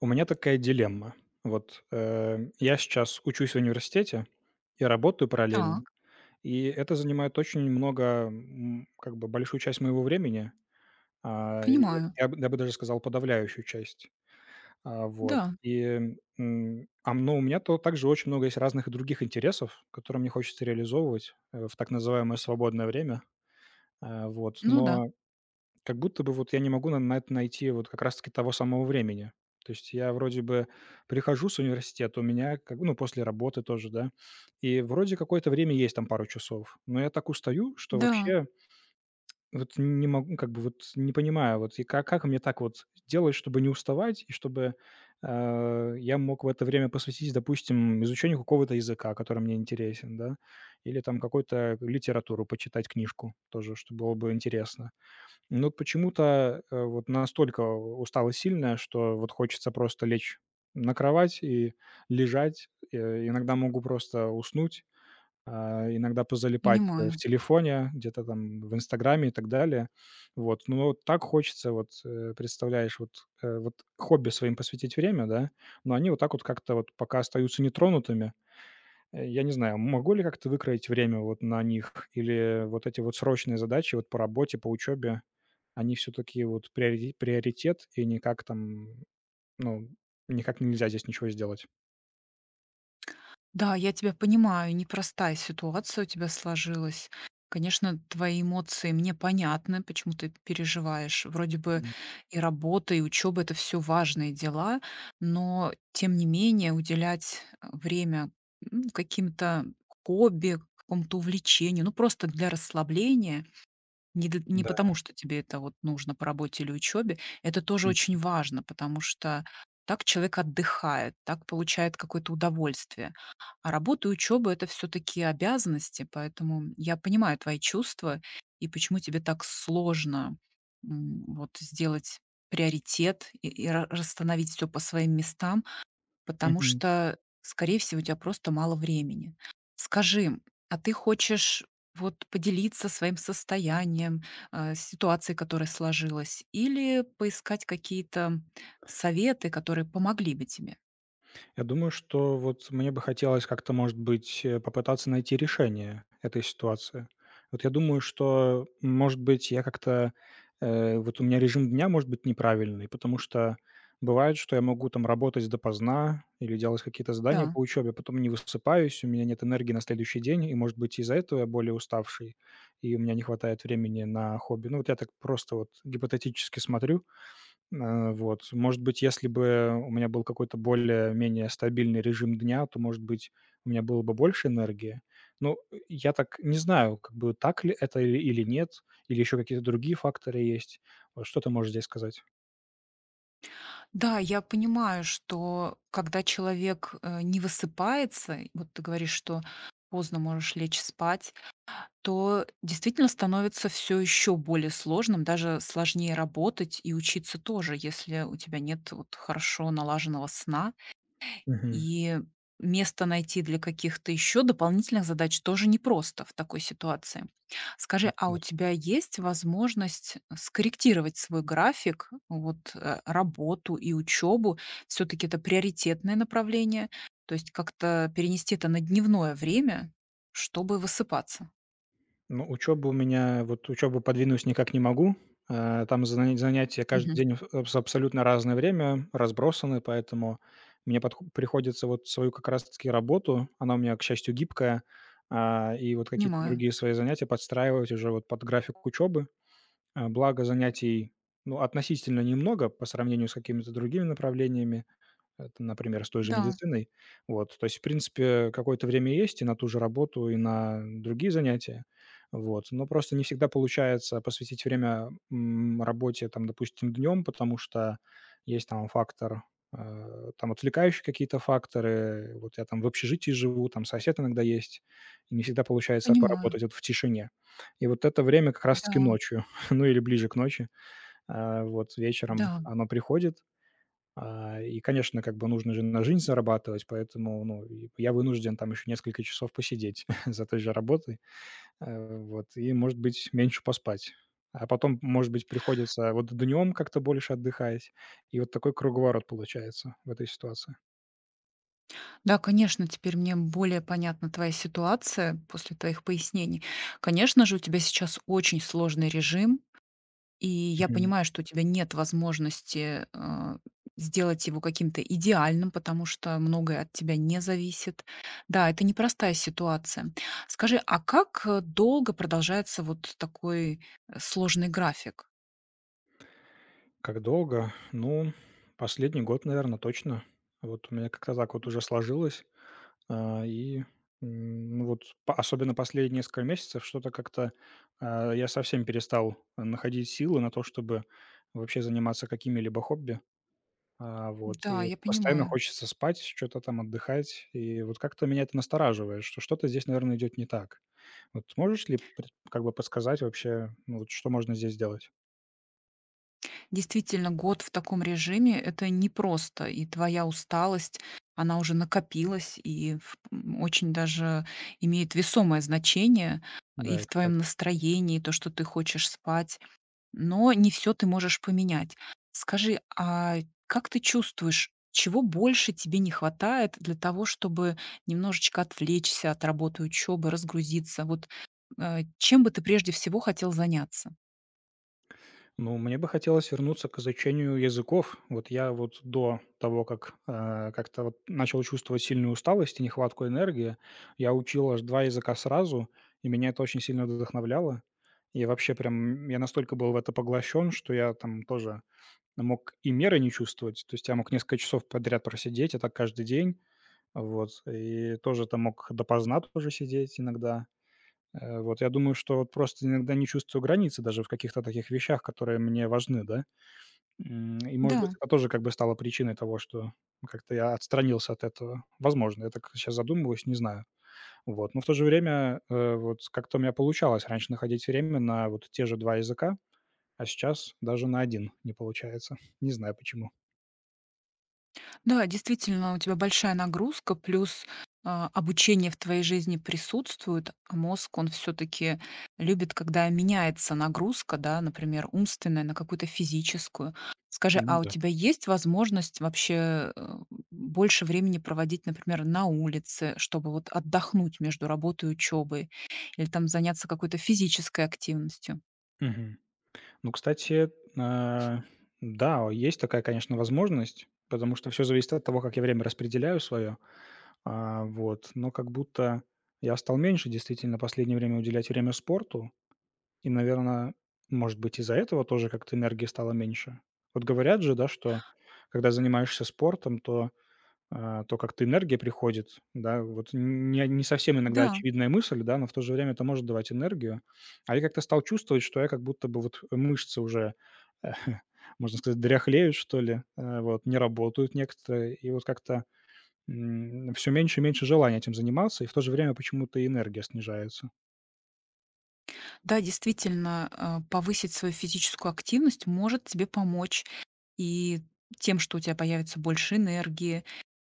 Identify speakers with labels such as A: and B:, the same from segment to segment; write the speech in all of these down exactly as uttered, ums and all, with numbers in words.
A: У меня такая дилемма. Вот, э, я сейчас учусь в университете и работаю параллельно,
B: Так,
A: и это занимает очень много, м, как бы большую часть моего времени. А, и вот
B: понимаю.
A: я бы я бы даже сказал, подавляющую часть. А, вот,
B: Да,
A: и, м, ам, но у меня то также очень много есть разных и других интересов, которые мне хочется реализовывать, э, в так называемое свободное время. А, вот,
B: ну да,
A: но как будто бы вот я не могу на на это найти вот как раз таки того самого времени. То есть я вроде бы прихожу с университета, у меня как ну, после работы тоже, да, и вроде какое-то время есть, там, пару часов, но я так устаю, что
B: да,
A: вообще вот не могу, как бы вот не понимаю, вот и как, как мне так вот делать, чтобы не уставать, и чтобы э, я мог в это время посвятить, допустим, изучению какого-то языка, который мне интересен, да, или там какую-то литературу почитать, книжку тоже, что было бы интересно. Ну, вот почему-то, э, вот настолько усталость сильная, что вот хочется просто лечь на кровать и лежать. Э, иногда могу просто уснуть, а, иногда позалипать, э, в
B: понимаю.
A: телефоне, где-то там в "Инстаграме" и так далее. Вот, но вот так хочется, вот, э, представляешь, вот, э, вот хобби своим посвятить время, да, но они вот так вот как-то вот пока остаются нетронутыми. Э, я не знаю, могу ли как-то выкроить время вот на них? Или вот эти вот срочные задачи вот по работе, по учебе, они все-таки вот приори- приоритет и никак там, ну, никак нельзя здесь ничего сделать?
B: Да, я тебя понимаю, непростая ситуация у тебя сложилась. Конечно, твои эмоции мне понятны, почему ты переживаешь. Вроде бы
A: М.
B: и работа, и учеба это все важные дела, но тем не менее уделять э, время м, каким-то хобби, какому-то увлечению, ну просто для расслабления, Не д не
A: Да.
B: потому, что тебе это вот нужно по работе или учебе. Это тоже очень важно, потому что так человек отдыхает, так получает какое-то удовольствие. А работа и учеба - это все таки обязанности, поэтому я понимаю твои чувства и почему тебе так сложно, м, вот сделать приоритет и и ра расстановить всё по своим местам. Потому
A: Мгм.
B: что, скорее всего, у тебя просто мало времени. Скажи, а ты хочешь вот поделиться своим состоянием, э, ситуацией, которая сложилась, или поискать какие-то советы, которые помогли бы тебе?
A: Я думаю, что вот мне бы хотелось как-то, может быть, э, попытаться найти решение этой ситуации. Вот я думаю, что, может быть, я как-то, э, вот у меня режим дня может быть неправильный, потому что бывает, что я могу там работать допоздна или делать какие-то задания
B: Да.
A: по учебе, потом не высыпаюсь, у меня нет энергии на следующий день, и, может быть, из-за этого я более уставший, и у меня не хватает времени на хобби. Ну, вот я так просто вот гипотетически смотрю. Э, вот. Может быть, если бы у меня был какой-то более-менее стабильный режим дня, то, может быть, у меня было бы больше энергии. Ну, э, я так не знаю, как бы так ли это или или нет, или еще какие-то другие факторы есть. Вот что ты можешь здесь сказать?
B: Да, я понимаю, что когда человек э, не высыпается, вот ты говоришь, что поздно можешь лечь спать, то действительно становится все еще более сложным, даже сложнее работать и учиться тоже, если у тебя нет вот хорошо налаженного сна.
A: Мгм.
B: И место найти для каких-то еще дополнительных задач тоже непросто в такой ситуации. Скажи, а у тебя есть возможность скорректировать свой график, вот, э, работу и учебу? Все таки это приоритетное направление, то есть как-то перенести это на дневное время, чтобы высыпаться?
A: Ну, учеба у меня вот учёбу подвинуть никак не могу. Э, там зана занятия каждый
B: Мгм.
A: день в абс абсолютно разное время, разбросаны, поэтому мне подх приходится вот свою как раз таки работу, она у меня, к счастью, гибкая, а, и вот какие-то
B: Понимаю.
A: другие свои занятия подстраивать уже вот под график учёбы. А, благо занятий, ну, относительно немного по сравнению с какими-то другими направлениями. Это, например, с той же
B: Да,
A: медициной. Вот, то есть, в принципе, какое-то время есть и на ту же работу, и на другие занятия. Вот, но просто не всегда получается посвятить время, м, работе, там, допустим, днем, потому что есть там фактор, э, там отвлекающие какие-то факторы. Вот я там в общежитии живу, там сосед иногда есть, и не всегда получается
B: понимаю.
A: поработать вот в тишине. И вот это время как раз-таки
B: Да,
A: ночью, ну или ближе к ночи, а, вот вечером
B: да.
A: оно приходит. А, и, конечно, как бы нужно же на жизнь зарабатывать, поэтому, ну, и я вынужден там еще несколько часов посидеть за той же работой, э, вот, и, может быть, меньше поспать. А потом, может быть, приходится вот днем как-то больше отдыхать. И вот такой круговорот получается в этой ситуации.
B: Да, конечно, теперь мне более понятна твоя ситуация после твоих пояснений. Конечно же, у тебя сейчас очень сложный режим, и я
A: Мгм.
B: понимаю, что у тебя нет возможности, а, сделать его каким-то идеальным, потому что многое от тебя не зависит. Да, это непростая ситуация. Скажи, а как, э, долго продолжается вот такой, э, сложный график?
A: Как долго? Ну, последний год, наверное, точно. Вот у меня как-то так вот уже сложилось. А, и, м, ну, вот по особенно последние несколько месяцев что-то как-то, а, я совсем перестал находить силы на то, чтобы вообще заниматься какими-либо хобби. А, вот,
B: Да,
A: и
B: я
A: постоянно
B: понимаю.
A: хочется спать, что то там отдыхать. И вот как-то меня это настораживает, что что-то здесь, наверное, идет не так. Вот можешь ли пред как бы подсказать вообще, ну, вот что можно здесь сделать?
B: Действительно, год в таком режиме - это непросто, и твоя усталость, она уже накопилась и в м, очень даже имеет весомое значение и
A: Да,
B: в
A: это так.
B: твоем настроении, то, что ты хочешь спать, но не все ты можешь поменять. Скажи, а как ты чувствуешь, чего больше тебе не хватает для того, чтобы немножечко отвлечься от работы, учебы, разгрузиться? Вот, э, чем бы ты прежде всего хотел заняться?
A: Ну, мне бы хотелось вернуться к изучению языков. Вот я вот до того, как э, как-то вот начал чувствовать сильную усталость и нехватку энергии, я учил аж два языка сразу, и меня это очень сильно вдохновляло. И вообще прям я настолько был в это поглощен, что я там тоже мог и меры не чувствовать. То есть я мог несколько часов подряд просидеть, а так каждый день. Вот. И тоже там мог допоздна тоже сидеть иногда. Э, вот я думаю, что вот просто иногда не чувствую границы даже в каких-то таких вещах, которые мне важны, да. М, и, может быть,
B: Да.
A: это тоже как бы стало причиной того, что как-то я отстранился от этого. Возможно, я так сейчас задумываюсь, не знаю. Вот, но в то же время, э, вот как-то у меня получалось раньше находить время на вот те же два языка, а сейчас даже на один не получается. Не знаю почему.
B: Да, действительно, у тебя большая нагрузка, плюс а, обучение в твоей жизни присутствует, а мозг, он все-таки любит, когда меняется нагрузка, да, например, умственная на какую-то физическую. Скажи, а
A: Ну
B: у
A: да.
B: тебя есть возможность вообще э, больше времени проводить, например, на улице, чтобы вот отдохнуть между работой и учебой, или там заняться какой-то физической активностью?
A: Мгм. Ну, кстати, э, да, есть такая, конечно, возможность, потому что все зависит от того, как я время распределяю свое. А, вот, но как будто я стал меньше действительно в последнее время уделять время спорту. И, наверное, может быть, из-за этого тоже как-то энергии стало меньше. Вот говорят же, да, что когда занимаешься спортом, то, а, то как-то энергия приходит, да. Вот не не совсем иногда
B: Да.
A: очевидная мысль, да, но в то же время это может давать энергию. А я как-то стал чувствовать, что я как будто бы вот мышцы уже, можно сказать, дряхлеют, что ли, э, вот, не работают некоторые. И вот как-то М, всё меньше и меньше желания этим заниматься, и в то же время почему-то и энергия снижается.
B: Да, действительно, а, повысить свою физическую активность может тебе помочь и тем, что у тебя появится больше энергии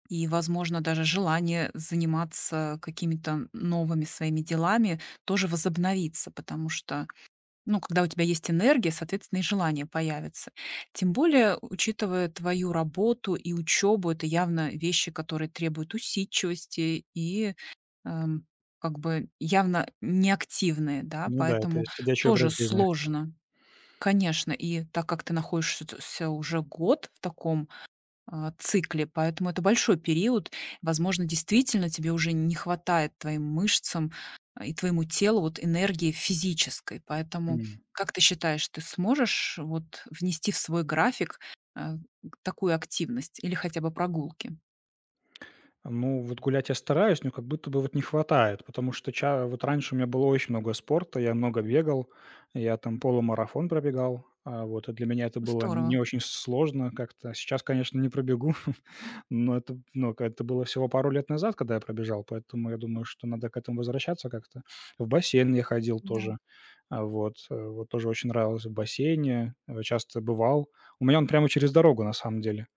B: и, возможно, даже желание заниматься какими-то новыми своими делами тоже возобновится, потому что, ну, когда у тебя есть энергия, соответственно, и желание появится. Тем более, учитывая твою работу и учебу, это явно вещи, которые требуют усидчивости и эм, как бы явно неактивные, да,
A: Ну да, это
B: поэтому
A: сидячий
B: тоже
A: образ жизни.
B: сложно. Конечно, и так как ты находишься уже год в таком а, цикле. Поэтому это большой период. Возможно, действительно тебе уже не хватает твоим мышцам а, и твоему телу вот энергии физической. Поэтому
A: М.
B: как ты считаешь, ты сможешь вот внести в свой график а, такую активность или хотя бы прогулки?
A: Ну, вот гулять я стараюсь, но как будто бы вот не хватает, потому что ча вот раньше у меня было очень много спорта, я много бегал, я там полумарафон пробегал, а, вот, и для меня это было не
B: Здорово.
A: очень сложно как-то. Сейчас, конечно, не пробегу. Но это ну к это было всего пару лет назад, когда я пробежал, поэтому я думаю, что надо к этому возвращаться как-то. В бассейн я ходил
B: Да,
A: тоже. А, вот, э, вот тоже очень нравилось в бассейне, э, часто бывал. У меня он прямо через дорогу на самом деле,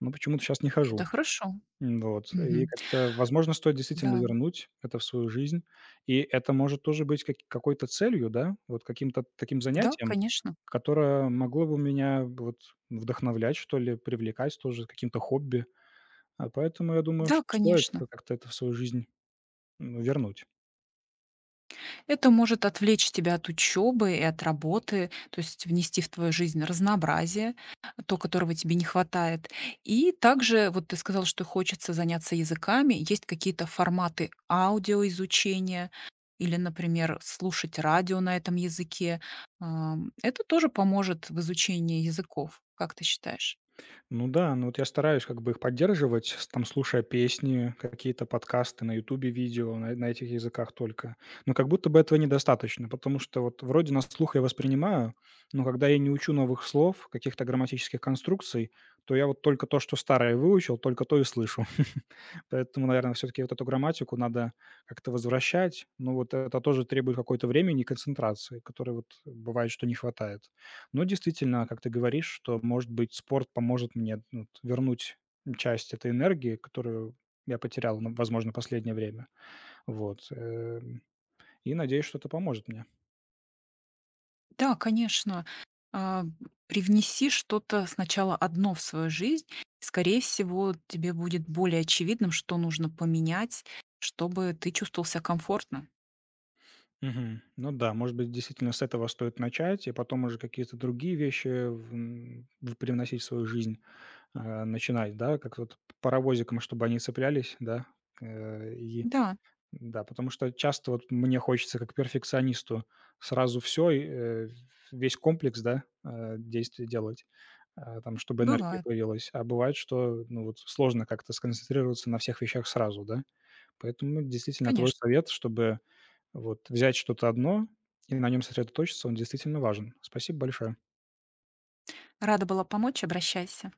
A: но почему-то сейчас не
B: это
A: хожу.
B: хорошо.
A: М, вот. И
B: Мгм.
A: как-то, возможно, стоит действительно
B: Да,
A: вернуть это в свою жизнь. И это может тоже быть как какой-то целью, да, вот каким-то таким
B: да,
A: занятием,
B: конечно.
A: которое могло бы меня вот вдохновлять, что ли, привлекать тоже, каким-то хобби. А поэтому я думаю,
B: Да,
A: что стоит
B: конечно.
A: как-то это в свою жизнь, ну, вернуть.
B: Это может отвлечь тебя от учебы и от работы, то есть внести в твою жизнь разнообразие, то, которого тебе не хватает. И также, вот ты сказал, что хочется заняться языками. Есть какие-то форматы аудиоизучения или, например, слушать радио на этом языке. Ам, Это тоже поможет в изучении языков, как ты считаешь?
A: Ну да, ну вот я стараюсь как бы их поддерживать, с там слушая песни, какие-то подкасты на "Ютубе", видео на на этих языках только. Но как будто бы этого недостаточно, потому что вот вроде на слух я воспринимаю, но когда я не учу новых слов, каких-то грамматических конструкций, то я вот только то, что старое выучил, только то и слышу. Поэтому, наверное, все таки вот эту грамматику надо как-то возвращать. Но вот это тоже требует какое-то времени и концентрации, которой вот бывает, что не хватает. Но действительно, как ты говоришь, что, может быть, спорт поможет мне ну, вот вернуть часть этой энергии, которую я потерял, ну, возможно, последнее время. Вот, эм, и надеюсь, что это поможет мне.
B: Да, конечно. А, привнеси что-то сначала одно в свою жизнь. Скорее всего, тебе будет более очевидным, что нужно поменять, чтобы ты чувствовал себя комфортно.
A: Мгм. Ну да, может быть, действительно с этого стоит начать, и потом уже какие-то другие вещи в м, в привносить в свою жизнь. А, начинать, да, как вот паровозиком, чтобы они цеплялись, да, э, и
B: Да,
A: да, потому что часто вот мне хочется как перфекционисту сразу все, весь комплекс, да, э, действий делать, а, там, чтобы энергия
B: бывает,
A: появилась. А бывает, что, ну, вот сложно как-то сконцентрироваться на всех вещах сразу, да. Поэтому действительно твой
B: конечно.
A: совет, чтобы вот взять что-то одно и на нем сосредоточиться, он действительно важен. Спасибо большое.
B: Рада была помочь, обращайся.